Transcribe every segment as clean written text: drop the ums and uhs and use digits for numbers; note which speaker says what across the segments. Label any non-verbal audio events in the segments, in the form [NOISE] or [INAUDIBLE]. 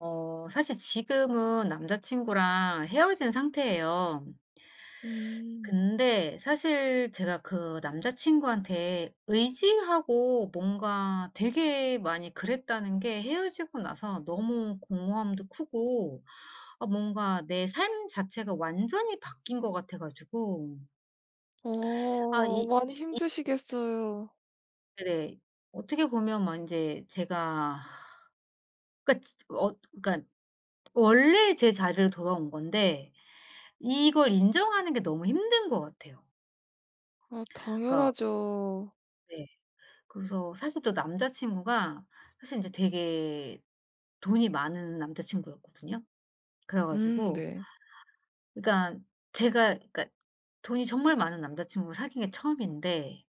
Speaker 1: 사실 지금은 남자친구랑 헤어진 상태예요.
Speaker 2: 음.
Speaker 1: 근데 사실 제가 그 남자친구한테 의지하고 뭔가 되게 많이 그랬다는 게, 헤어지고 나서 너무 공허함도 크고, 아 뭔가 내 삶 자체가 완전히 바뀐 것 같아 가지고. 아
Speaker 2: 어
Speaker 1: 이
Speaker 2: 많이 힘드시겠어요.
Speaker 1: 네. 어떻게 보면 막제 제가, 그니까 어 그러니까 원래 제 자리로 돌아온 건데 이걸 인정하는 게 너무 힘든 것 같아요.
Speaker 2: 아
Speaker 1: 그러니까.
Speaker 2: 당연하죠.
Speaker 1: 네. 그래서 사실 또 남자 친구가, 사실 인제 되게 돈이 많은 남자 친구였거든요. 그래 가지고,
Speaker 2: 네.
Speaker 1: 그러니까 제가, 그러니까 돈이 정말 많은 남자 친구를 사귄 게 처음인데,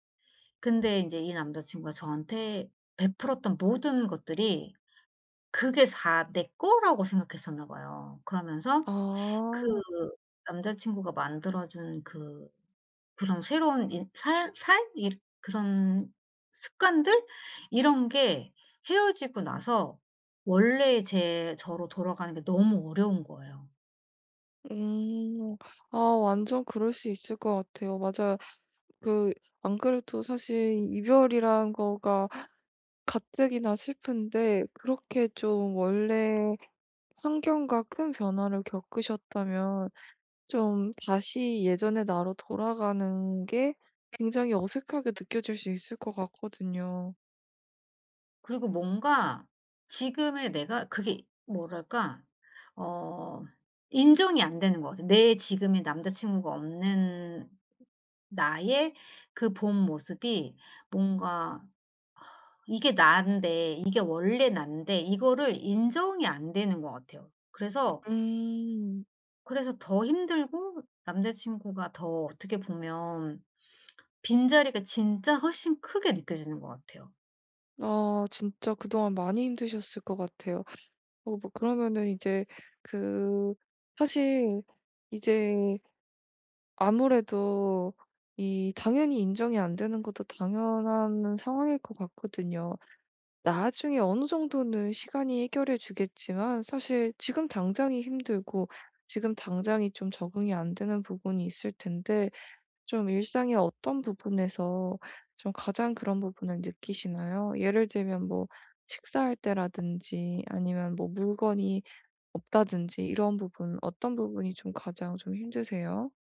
Speaker 1: 근데 인제 이 남자 친구가 저한테 베풀었던 모든 것들이 그게 다 내 거라고 생각했었나 봐요. 그러면서 그
Speaker 2: 아.
Speaker 1: 남자 친구가 만들어 준그 그런 새로운 이 살 살 이 그런 습관들, 이런 게 헤어지고 나서 원래의 제 저로 돌아가는 게 너무 어려운 거예요.
Speaker 2: 음. 아 완전 그럴 수 있을 것 같아요. 맞아요. 그 안 그래도 사실 이별이란 거가 가뜩이나 슬픈데 그렇게 좀 원래 환경과 큰 변화를 겪으셨다면 좀 다시 예전의 나로 돌아가는 게 굉장히 어색하게 느껴질 수 있을 것 같거든요.
Speaker 1: 그리고 뭔가 지금의 내가 그게 뭐랄까, 어 인정이 안 되는 것 같아요. 내 지금의 남자 친구가 없는 나의 그 본 모습이, 뭔가 '이게 난데 이게 원래 난데.' 이거를 인정이 안 되는 것 같아요. 그래서
Speaker 2: 음.
Speaker 1: 그래서 더 힘들고, 남자친구가 더 어떻게 보면 빈자리가 진짜 훨씬 크게 느껴지는 것 같아요.
Speaker 2: 아 진짜 그동안 많이 힘드셨을 것 같아요. 어 뭐 그러면은 이제 그 사실 이제 아무래도 이 당연히 인정이 안 되는 것도 당연한 상황일 것 같거든요. 나중에 어느 정도는 시간이 해결해 주겠지만 사실 지금 당장이 힘들고 지금 당장이 좀 적응이 안 되는 부분이 있을 텐데 좀 일상의 어떤 부분에서 좀 가장 그런 부분을 느끼시나요? 예를 들면 뭐 식사할 때라든지 아니면 뭐 물건이 없다든지 이런 부분 어떤 부분이 좀 가장 좀 힘드세요?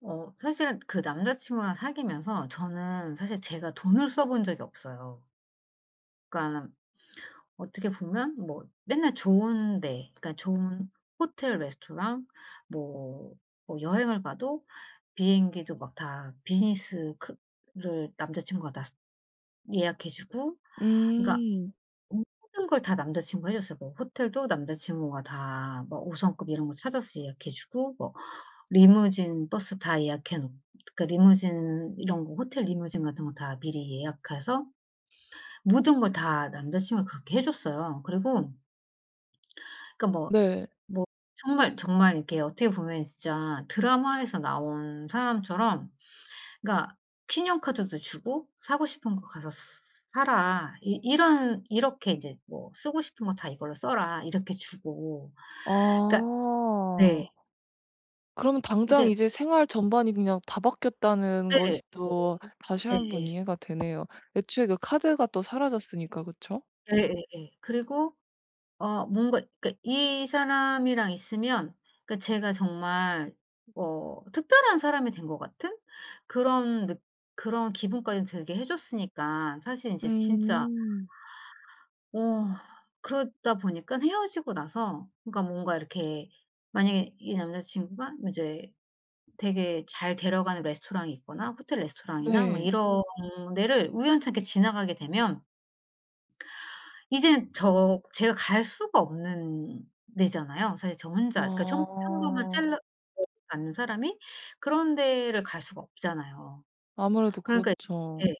Speaker 1: 사실은 그 남자친구랑 사귀면서 저는, 사실 제가 돈을 써본 적이 없어요. 그러니까 어떻게 보면 뭐 맨날 좋은 데, 그러니까 좋은 호텔, 레스토랑, 뭐 뭐 여행을 가도 비행기도 막 다 비즈니스 를 남자친구가 다 예약해 주고. 그러니까
Speaker 2: 음.
Speaker 1: 모든 걸 다 남자 친구가 해 줬어요. 뭐 호텔도 남자 친구가 다 뭐 5 성급 이런 거 찾아서 예약해 주고, 뭐 리무진 버스 다 예약해 놓. 그러니까 리무진 이런 거, 호텔 리무진 같은 거 다 미리 예약해서 모든 걸 다 남자 친구가 그렇게 해 줬어요. 그리고 그러니까 뭐
Speaker 2: 네.
Speaker 1: 뭐 정말, 정말 이렇게 어떻게 보면 진짜 드라마에서 나온 사람처럼, 그러니까 "신용카드도 주고 사고 싶은 거 가서 사라." 이 이런 이렇게 이제 뭐 "쓰고 싶은 거 다 이걸로 써라." 이렇게 주고. 그러니까. 네.
Speaker 2: 아. 그러면 당장
Speaker 1: 이게.
Speaker 2: 이제 생활 전반이 그냥 다 바뀌었다는
Speaker 1: 네.
Speaker 2: 것이 또 다시 한 번
Speaker 1: 예예.
Speaker 2: 이해가 되네요. 애초에 그 카드가 또 사라졌으니까 그쵸?
Speaker 1: 예예예. 그리고 뭔가 그러니까 이 사람이랑 있으면, 그러니까 제가 정말 특별한 사람이 된 것 같은 그런 느 그런 기분까지 들게 해 줬으니까, 사실 인제 진짜.
Speaker 2: 음.
Speaker 1: 어 그러다 보니까 헤어지고 나서 그러니까 뭔가 이렇게, 만약에 이 남자 친구가 이제 되게 잘 데려가는 레스토랑이 있거나 호텔 레스토랑이나 뭐
Speaker 2: 네.
Speaker 1: 이런 데를 우연찮게 지나가게 되면, 이젠 제가 갈 수가 없는 데잖아요. 사실 저 혼자, 그러니까 좀 평범한
Speaker 2: 아.
Speaker 1: 셀러 [UNINTELLIGIBLE] 받는 사람이 그런 데를 갈 수가 없잖아요.
Speaker 2: 아무래도
Speaker 1: 그러니까.
Speaker 2: 그렇죠.
Speaker 1: 예.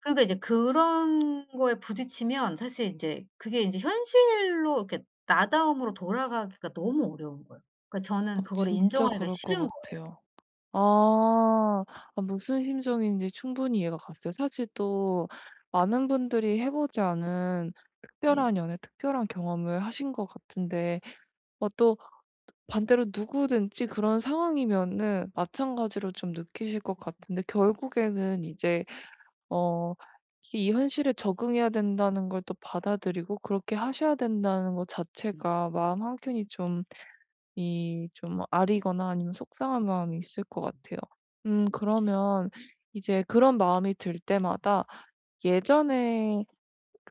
Speaker 1: 그러니까 이제 그런 거에 부딪히면, 사실 인제 그게 인제 현실로 이렇게 나다움으로 돌아가기가 너무 어려운 거예요. 그러니까
Speaker 2: 아
Speaker 1: 저는 그거를
Speaker 2: 진짜
Speaker 1: 인정하기가
Speaker 2: 그럴 것
Speaker 1: 싫은 거예요.
Speaker 2: 같아요. 아. 아 무슨 심정인지 충분히 이해가 갔어요. 사실 또 많은 분들이 해 보지 않은 특별한 연애, 특별한 경험을 하신 것 같은데 어 또 반대로 누구든지 그런 상황이면은 마찬가지로 좀 느끼실 것 같은데 결국에는 이제 어 이 현실에 적응해야 된다는 걸 또 받아들이고 그렇게 하셔야 된다는 것 자체가 마음 한켠이 좀 이 좀 아리거나 아니면 속상한 마음이 있을 것 같아요. 그러면 이제 그런 마음이 들 때마다 예전에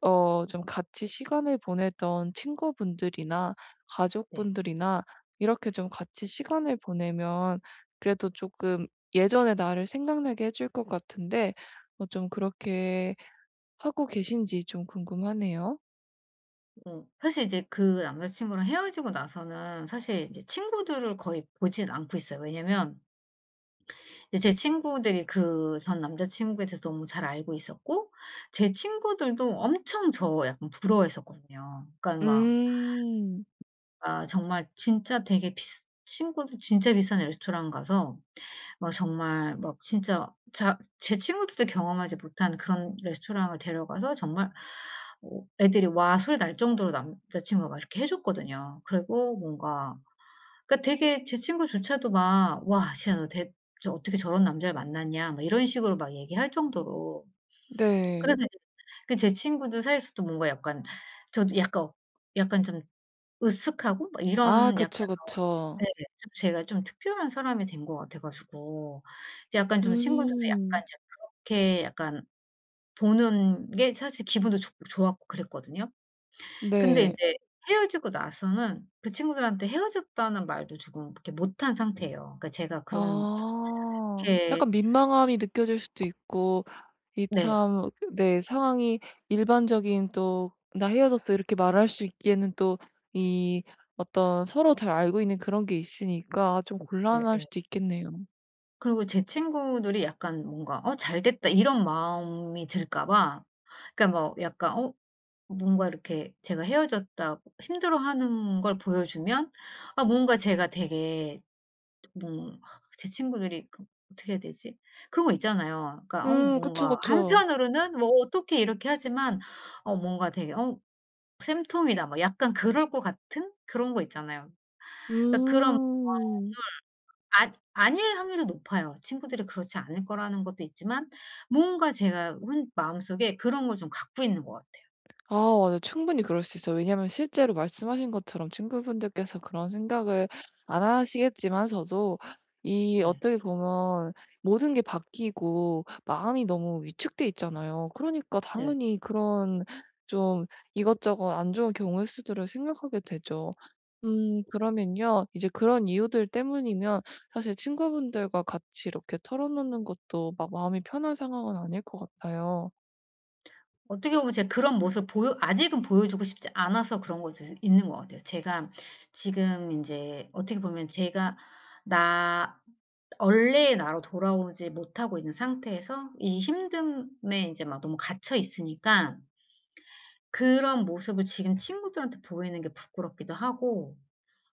Speaker 2: 어 좀 같이 시간을 보내던 친구분들이나
Speaker 1: 네네. 네.
Speaker 2: 가족분들이나 이렇게 좀 같이 시간을 보내면 그래도 조금 예전의 나를 생각나게 해줄 것 같은데 어 좀 그렇게 하고 계신지 좀 궁금하네요.
Speaker 1: 사실 이제 그 남자 친구랑 헤어지고 나서는, 사실 이제 친구들을 거의 보진 않고 있어요. 왜냐면 이제 제 친구들이 그 전 남자 친구에 대해서 너무 잘 알고 있었고, 제 친구들도 엄청 저 약간 부러워했었거든요. 그러니까 막,
Speaker 2: 음.
Speaker 1: 아 정말 진짜 되게 비스 친구들 진짜 비싼 레스토랑 가서 막 정말 막 진짜 자 제 친구들도 경험하지 못한 그런 레스토랑을 데려가서 정말 애들이 "와." 소리 날 정도로 남자 친구가 막 이렇게 해 줬거든요. 그리고 뭔가 그러니까 되게 제 친구조차도 막, "와 진짜 너 대 저 어떻게 저런 남자를 만났냐." 막 이런 식으로 막 얘기할 정도로.
Speaker 2: 네.
Speaker 1: 그래서 이제 그 제 친구들 사이에서도 뭔가 약간, 저도 약간 좀 으쓱하고 막
Speaker 2: 아
Speaker 1: 이런 약간.
Speaker 2: 그쵸, 그쵸.
Speaker 1: 네, 좀 제가 좀 특별한 사람이 된 것 같아 가지고 이제 약간 좀 친구들도 약간
Speaker 2: 음.
Speaker 1: 이제 그렇게 약간 보는 게, 사실 기분도 좋 좋았고 그랬거든요. 근데
Speaker 2: 네.
Speaker 1: 인제 헤어지고 나서는 그 친구들한테 헤어졌다는 말도 지금 이렇게 못한 상태예요. 그러니까 제가
Speaker 2: 아.
Speaker 1: 그렇게.
Speaker 2: 약간 민망함이 느껴질 수도 있고 이
Speaker 1: 네.
Speaker 2: 참 네 상황이 일반적인 또 "나 헤어졌어." 이렇게 말할 수 있기에는 또 이 어떤 서로 잘 알고 있는 그런 게 있으니까 좀 곤란할
Speaker 1: 예예.
Speaker 2: 수도 있겠네요.
Speaker 1: 그리고 제 친구들이 약간 뭔가 '어 잘됐다.' 이런 마음이 들까 봐. 그러니까 뭐 약간, '어 뭔가 이렇게 제가 헤어졌다고 힘들어하는 걸 보여주면, 아 뭔가 제가 되게, 뭐 제 친구들이 그 어떻게 해야 되지?' 그런 거 있잖아요. 그러니까
Speaker 2: 그쵸,
Speaker 1: 뭔가
Speaker 2: 그쵸.
Speaker 1: 한편으로는 뭐 어떻게 이렇게 하지만, 뭔가 되게, '어 쌤통이다.' 뭐 약간 그럴 것 같은 그런 거 있잖아요. 그러니까 그런.
Speaker 2: 음.
Speaker 1: 아닐 확률도 높아요. 친구들이 그렇지 않을 거라는 것도 있지만, 뭔가 제가 혼 마음속에 그런 걸 좀 갖고 있는 것 같아요.
Speaker 2: 아 맞아요. 충분히 그럴 수 있어요. 왜냐면 실제로 말씀하신 것처럼 친구분들께서 그런 생각을 안 하시겠지만서도 이
Speaker 1: 네.
Speaker 2: 어떻게 보면 모든 게 바뀌고 마음이 너무 위축돼 있잖아요. 그러니까
Speaker 1: 네.
Speaker 2: 당연히 그런 좀 이것저것 안 좋은 경우의 수들을 생각하게 되죠. 그러면요. 이제 그런 이유들 때문이면 사실 친구분들과 같이 이렇게 털어놓는 것도 막 마음이 편한 상황은 아닐 것 같아요.
Speaker 1: 어떻게 보면 제가 그런 모습을 보여 아직은 보여주고 싶지 않아서 그런 것도 있 있는 것 같아요. 제가 지금 인제 어떻게 보면 제가 나 원래의 나로 돌아오지 못하고 있는 상태에서 이 힘듦에 인제 막 너무 갇혀 있으니까, 그런 모습을 지금 친구들한테 보이는 게 부끄럽기도 하고,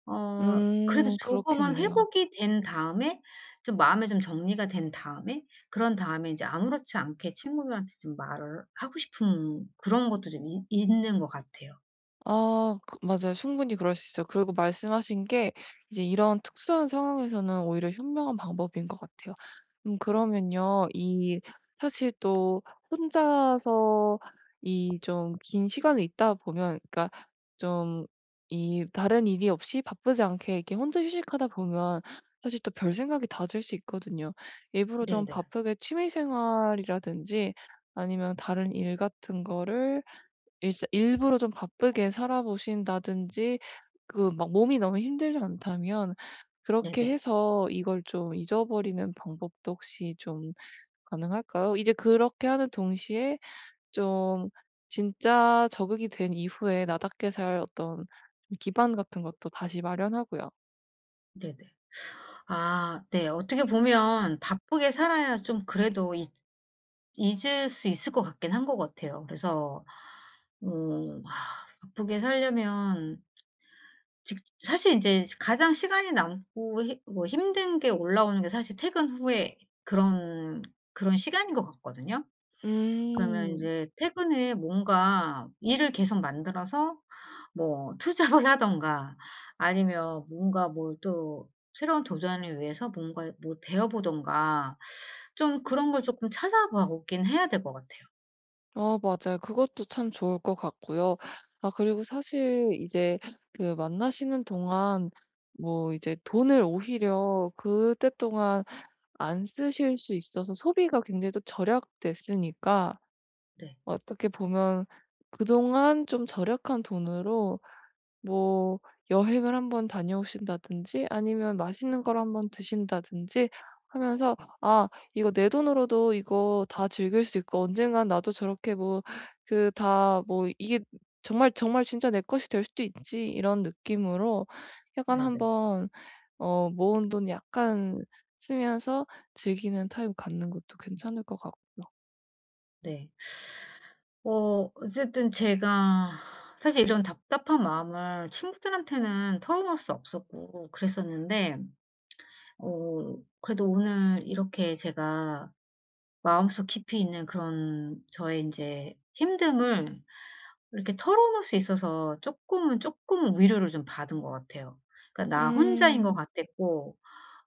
Speaker 1: 그래도 조금은
Speaker 2: 그렇겠네요.
Speaker 1: 회복이 된 다음에, 좀 마음에 좀 정리가 된 다음에, 그런 다음에 인제 아무렇지 않게 친구들한테 좀 말을 하고 싶은 그런 것도 좀 있 있는 것 같아요.
Speaker 2: 아 맞아요. 충분히 그럴 수 있어요. 그리고 말씀하신 게 이제 이런 특수한 상황에서는 오히려 현명한 방법인 것 같아요. 그러면요. 이 사실 또 혼자서 이 좀 긴 시간을 있다 보면 그러니까 좀 이 다른 일이 없이 바쁘지 않게 이렇게 혼자 휴식하다 보면 사실 또 별 생각이 다 들 수 있거든요. 일부러 좀
Speaker 1: 네네.
Speaker 2: 바쁘게 취미 생활이라든지 아니면 다른 일 같은 거를 이제 일부러 좀 바쁘게 살아보신다든지 막 몸이 너무 힘들지 않다면 그렇게
Speaker 1: 네네.
Speaker 2: 해서 이걸 좀 잊어버리는 방법도 혹시 좀 가능할까요? 이제 그렇게 하는 동시에 좀 진짜 적응이 된 이후에 나답게 살 어떤 기반 같은 것도 다시 마련하고요.
Speaker 1: 네네. 아 네. 어떻게 보면 바쁘게 살아야 좀 그래도 잊 잊을 수 있을 것 같긴 한 것 같아요. 그래서 어 바쁘게 살려면, 직 사실 이제 가장 시간이 남고 힘 뭐 힘든 게 올라오는 게 사실 퇴근 후에, 그런 그런 시간인 것 같거든요. 그러면 이
Speaker 2: 음.
Speaker 1: 제 퇴근에 뭔가 일을 계속 만들어서 뭐 투잡을 하던가, 아니면 뭔가 뭘 또 새로운 도전을 위해서 뭔가 뭘 배워 보던가, 좀 그런 걸 조금 찾아봐 보긴 해야 될 것 같아요.
Speaker 2: 어 맞아요. 그것도 참 좋을 것 같고요. 아 그리고 사실 이제 그 만나시는 동안 뭐 이제 돈을 오히려 그때 동안 안 쓰실 수 있어서 소비가 굉장히 또 절약됐으니까
Speaker 1: 네.
Speaker 2: 어떻게 보면 그동안 좀 절약한 돈으로 뭐 여행을 한번 다녀오신다든지 아니면 맛있는 걸 한번 드신다든지 하면서 '아 이거 내 돈으로도 이거 다 즐길 수 있고 언젠간 나도 저렇게 뭐 그 다 뭐 이게 정말, 정말 진짜 내 것이 될 수도 있지.' 이런 느낌으로 약간
Speaker 1: 네네. 네.
Speaker 2: 한번 어 모은 돈 약간 쓰면서 즐기는 타임 갖는 것도 괜찮을 것 같고요.
Speaker 1: 네. 어쨌든 제가, 사실 이런 답답한 마음을 친구들한테는 털어놓을 수 없었고 그랬었는데, 그래도 오늘 이렇게 제가 마음속 깊이 있는 그런 저의 이제 힘듦을 이렇게 털어놓을 수 있어서 조금은 조금 은 위로를 좀 받은 것 같아요. 그러니까 나 혼자인 것
Speaker 2: 음.
Speaker 1: 같았고,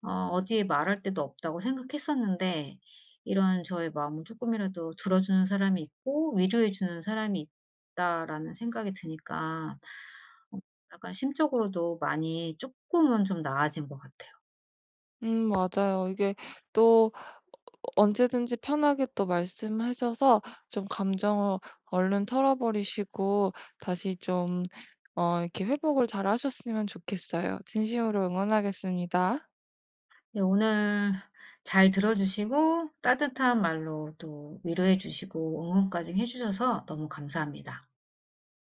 Speaker 1: 어디에 말할 데도 없다고 생각했었는데, 이런 저의 마음을 조금이라도 들어주는 사람이 있고 위로해 주는 사람이 있다라는 생각이 드니까 어 약간 심적으로도 많이 조금은 좀 나아진 것 같아요.
Speaker 2: 맞아요. 이게 또 언제든지 편하게 또 말씀하셔서 좀 감정을 얼른 털어버리시고 다시 좀 어 이렇게 회복을 잘하셨으면 좋겠어요. 진심으로 응원하겠습니다.
Speaker 1: 네, 오늘 잘 들어 주시고 따뜻한 말로 또 위로해 주시고 응원까지 해 주셔서 너무 감사합니다.